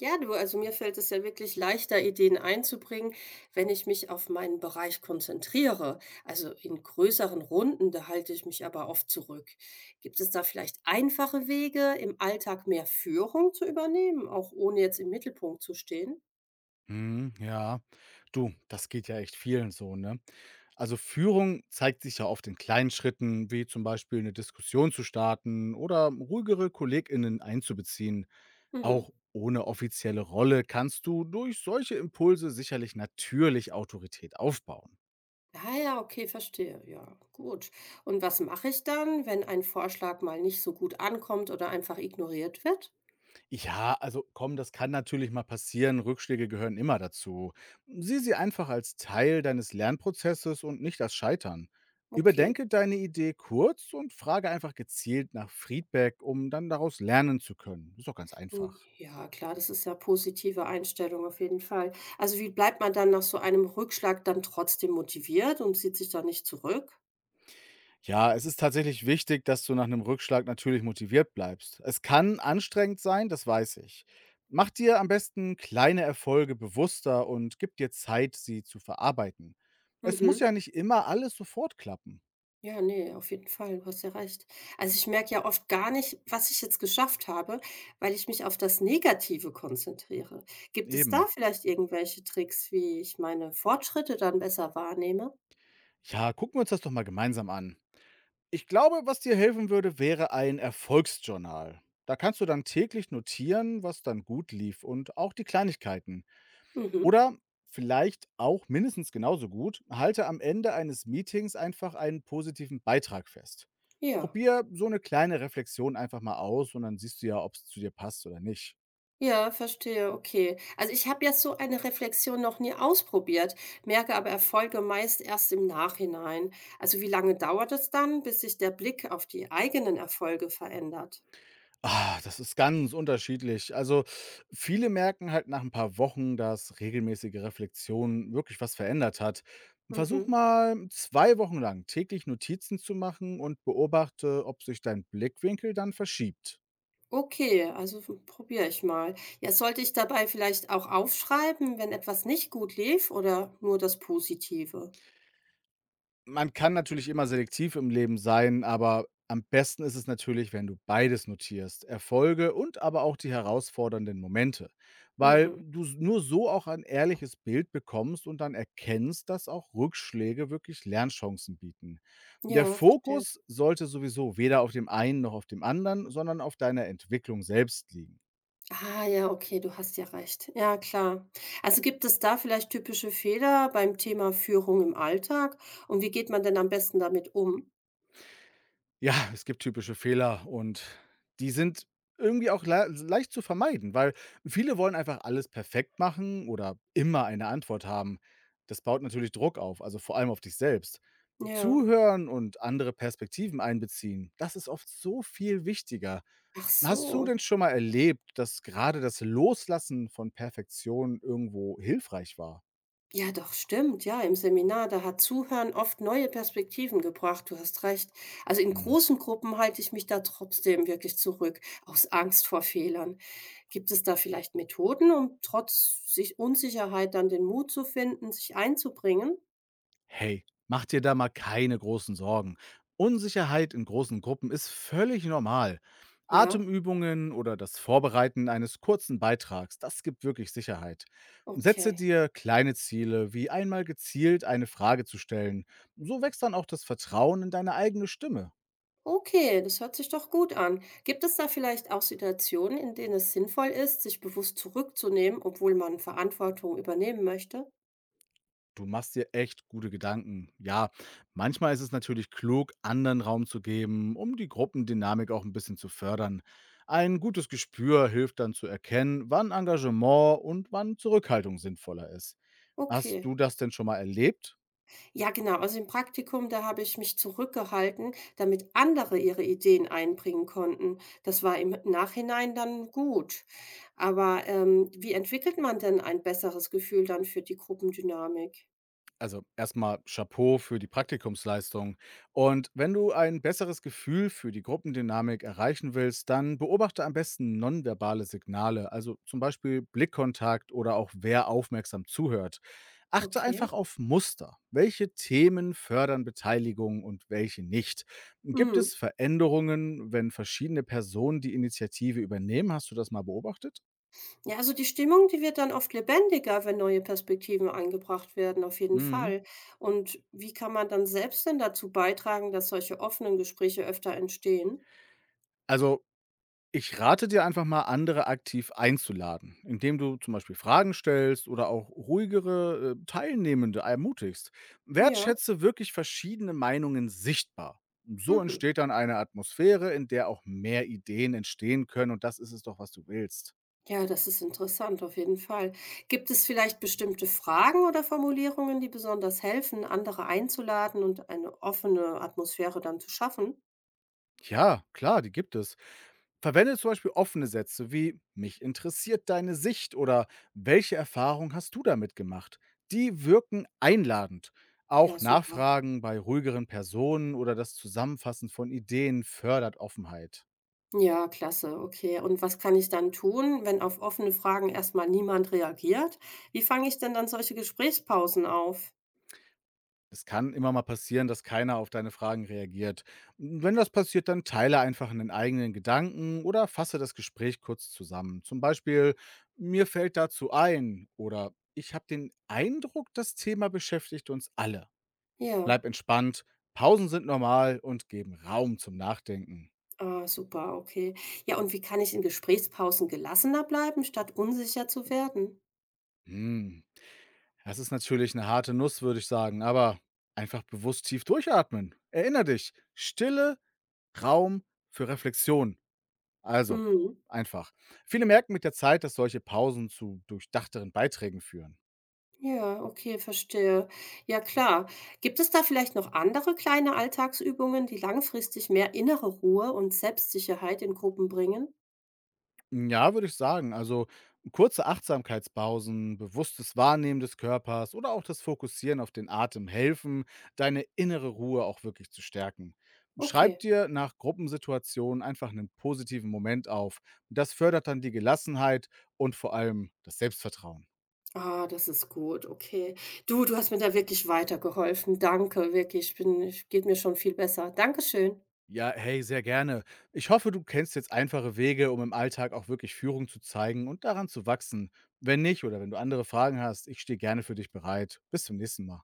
Ja, du, also mir fällt es ja wirklich leichter, Ideen einzubringen, wenn ich mich auf meinen Bereich konzentriere. Also in größeren Runden, da halte ich mich aber oft zurück. Gibt es da vielleicht einfache Wege, im Alltag mehr Führung zu übernehmen, auch ohne jetzt im Mittelpunkt zu stehen? Mhm, ja. Du, das geht ja echt vielen so, ne? Also Führung zeigt sich ja oft in kleinen Schritten, wie zum Beispiel eine Diskussion zu starten oder ruhigere KollegInnen einzubeziehen. Mhm. Auch ohne offizielle Rolle kannst du durch solche Impulse sicherlich natürlich Autorität aufbauen. Ah ja, okay, verstehe. Ja, gut. Und was mache ich dann, wenn ein Vorschlag mal nicht so gut ankommt oder einfach ignoriert wird? Ja, also komm, das kann natürlich mal passieren. Rückschläge gehören immer dazu. Sieh sie einfach als Teil deines Lernprozesses und nicht als Scheitern. Okay. Überdenke deine Idee kurz und frage einfach gezielt nach Feedback, um dann daraus lernen zu können. Ist doch ganz Hm, einfach. ja klar, das ist ja positive Einstellung auf jeden Fall. Also, wie bleibt man dann nach so einem Rückschlag dann trotzdem motiviert und zieht sich da nicht zurück? Ja, es ist tatsächlich wichtig, dass du nach einem Rückschlag natürlich motiviert bleibst. Es kann anstrengend sein, das weiß ich. Mach dir am besten kleine Erfolge bewusster und gib dir Zeit, sie zu verarbeiten. Es muss Mhm. ja nicht immer alles sofort klappen. Ja, nee, auf jeden Fall, du hast ja recht. Also, ich merke ja oft gar nicht, was ich jetzt geschafft habe, weil ich mich auf das Negative konzentriere. Gibt es da Eben. vielleicht irgendwelche Tricks, wie ich meine Fortschritte dann besser wahrnehme? Ja, gucken wir uns das doch mal gemeinsam an. Ich glaube, was dir helfen würde, wäre ein Erfolgsjournal. Da kannst du dann täglich notieren, was dann gut lief und auch die Kleinigkeiten. Mhm. Oder vielleicht auch mindestens genauso gut, halte am Ende eines Meetings einfach einen positiven Beitrag fest. Ja. Probier so eine kleine Reflexion einfach mal aus und dann siehst du ja, ob es zu dir passt oder nicht. Ja, verstehe, okay. Also ich habe ja so eine Reflexion noch nie ausprobiert, merke aber Erfolge meist erst im Nachhinein. Also wie lange dauert es dann, bis sich der Blick auf die eigenen Erfolge verändert? Ah, das ist ganz unterschiedlich. Also, viele merken halt nach ein paar Wochen, dass regelmäßige Reflexion wirklich was verändert hat. Versuch Mhm. mal 2 Wochen lang täglich Notizen zu machen und beobachte, ob sich dein Blickwinkel dann verschiebt. Okay, also hm, probiere ich mal. Ja, sollte ich dabei vielleicht auch aufschreiben, wenn etwas nicht gut lief oder nur das Positive? Man kann natürlich immer selektiv im Leben sein, aber am besten ist es natürlich, wenn du beides notierst, Erfolge und aber auch die herausfordernden Momente, weil Mhm. du nur so auch ein ehrliches Bild bekommst und dann erkennst, dass auch Rückschläge wirklich Lernchancen bieten. Der Ja, verstehe. Fokus sollte sowieso weder auf dem einen noch auf dem anderen, sondern auf deiner Entwicklung selbst liegen. Ah ja, okay, du hast ja recht. Ja, klar. Also gibt es da vielleicht typische Fehler beim Thema Führung im Alltag? Und wie geht man denn am besten damit um? Ja, es gibt typische Fehler und die sind irgendwie auch leicht zu vermeiden, weil viele wollen einfach alles perfekt machen oder immer eine Antwort haben. Das baut natürlich Druck auf, also vor allem auf dich selbst. Ja. Zuhören und andere Perspektiven einbeziehen, das ist oft so viel wichtiger. Ach Hast du so. denn schon mal erlebt, dass gerade das Loslassen von Perfektion irgendwo hilfreich war? Ja, doch, stimmt. Ja, im Seminar, da hat Zuhören oft neue Perspektiven gebracht. Du hast recht. Also in Mhm. großen Gruppen halte ich mich da trotzdem wirklich zurück, aus Angst vor Fehlern. Gibt es da vielleicht Methoden, um trotz sich Unsicherheit dann den Mut zu finden, sich einzubringen? Hey, mach dir da mal keine großen Sorgen. Unsicherheit in großen Gruppen ist völlig normal. Ja, Atemübungen oder das Vorbereiten eines kurzen Beitrags, das gibt wirklich Sicherheit. Setze okay. dir kleine Ziele, wie einmal gezielt eine Frage zu stellen. So wächst dann auch das Vertrauen in deine eigene Stimme. Okay, das hört sich doch gut an. Gibt es da vielleicht auch Situationen, in denen es sinnvoll ist, sich bewusst zurückzunehmen, obwohl man Verantwortung übernehmen möchte? Du machst dir echt gute Gedanken. Ja, manchmal ist es natürlich klug, anderen Raum zu geben, um die Gruppendynamik auch ein bisschen zu fördern. Ein gutes Gespür hilft dann zu erkennen, wann Engagement und wann Zurückhaltung sinnvoller ist. Hast Okay. du das denn schon mal erlebt? Ja, genau. Also im Praktikum, da habe ich mich zurückgehalten, damit andere ihre Ideen einbringen konnten. Das war im Nachhinein dann gut. Aber wie entwickelt man denn ein besseres Gefühl dann für die Gruppendynamik? Also erstmal Chapeau für die Praktikumsleistung. Und wenn du ein besseres Gefühl für die Gruppendynamik erreichen willst, dann beobachte am besten nonverbale Signale, also zum Beispiel Blickkontakt oder auch wer aufmerksam zuhört. Achte Okay. einfach auf Muster. Welche Themen fördern Beteiligung und welche nicht? Gibt Mhm. es Veränderungen, wenn verschiedene Personen die Initiative übernehmen? Hast du das mal beobachtet? Ja, also die Stimmung, die wird dann oft lebendiger, wenn neue Perspektiven eingebracht werden, auf jeden Mhm. Fall. Und wie kann man dann selbst denn dazu beitragen, dass solche offenen Gespräche öfter entstehen? Also, ich rate dir einfach mal, andere aktiv einzuladen, indem du zum Beispiel Fragen stellst oder auch ruhigere Teilnehmende ermutigst. Ja. Wertschätze wirklich verschiedene Meinungen sichtbar. So Mhm. entsteht dann eine Atmosphäre, in der auch mehr Ideen entstehen können und das ist es doch, was du willst. Ja, das ist interessant, auf jeden Fall. Gibt es vielleicht bestimmte Fragen oder Formulierungen, die besonders helfen, andere einzuladen und eine offene Atmosphäre dann zu schaffen? Ja, klar, die gibt es. Verwende zum Beispiel offene Sätze wie mich interessiert deine Sicht oder welche Erfahrung hast du damit gemacht? Die wirken einladend. Ja, Auch super. Nachfragen bei ruhigeren Personen oder das Zusammenfassen von Ideen fördert Offenheit. Ja, klasse, okay. Und was kann ich dann tun, wenn auf offene Fragen erstmal niemand reagiert? Wie fange ich denn dann solche Gesprächspausen auf? Es kann immer mal passieren, dass keiner auf deine Fragen reagiert. Wenn das passiert, dann teile einfach einen eigenen Gedanken oder fasse das Gespräch kurz zusammen. Zum Beispiel, mir fällt dazu ein oder ich habe den Eindruck, das Thema beschäftigt uns alle. Ja, Bleib entspannt, Pausen sind normal und geben Raum zum Nachdenken. ah, super, okay. Ja, und wie kann ich in Gesprächspausen gelassener bleiben, statt unsicher zu werden? Hm, das ist natürlich eine harte Nuss, würde ich sagen, aber einfach bewusst tief durchatmen. Erinner dich, Stille, Raum für Reflexion. Also, Mhm. einfach. Viele merken mit der Zeit, dass solche Pausen zu durchdachteren Beiträgen führen. Ja, okay, verstehe. Ja, klar. Gibt es da vielleicht noch andere kleine Alltagsübungen, die langfristig mehr innere Ruhe und Selbstsicherheit in Gruppen bringen? Ja, würde ich sagen. Also kurze Achtsamkeitspausen, bewusstes Wahrnehmen des Körpers oder auch das Fokussieren auf den Atem helfen, deine innere Ruhe auch wirklich zu stärken. Schreib Okay. dir nach Gruppensituationen einfach einen positiven Moment auf. Das fördert dann die Gelassenheit und vor allem das Selbstvertrauen. Ah, das ist gut, okay. Du hast mir da wirklich weitergeholfen. Danke, wirklich. Ich bin, ich geht mir schon viel besser. Dankeschön. Ja, hey, sehr gerne. Ich hoffe, du kennst jetzt einfache Wege, um im Alltag auch wirklich Führung zu zeigen und daran zu wachsen. Wenn nicht oder wenn du andere Fragen hast, ich stehe gerne für dich bereit. Bis zum nächsten Mal.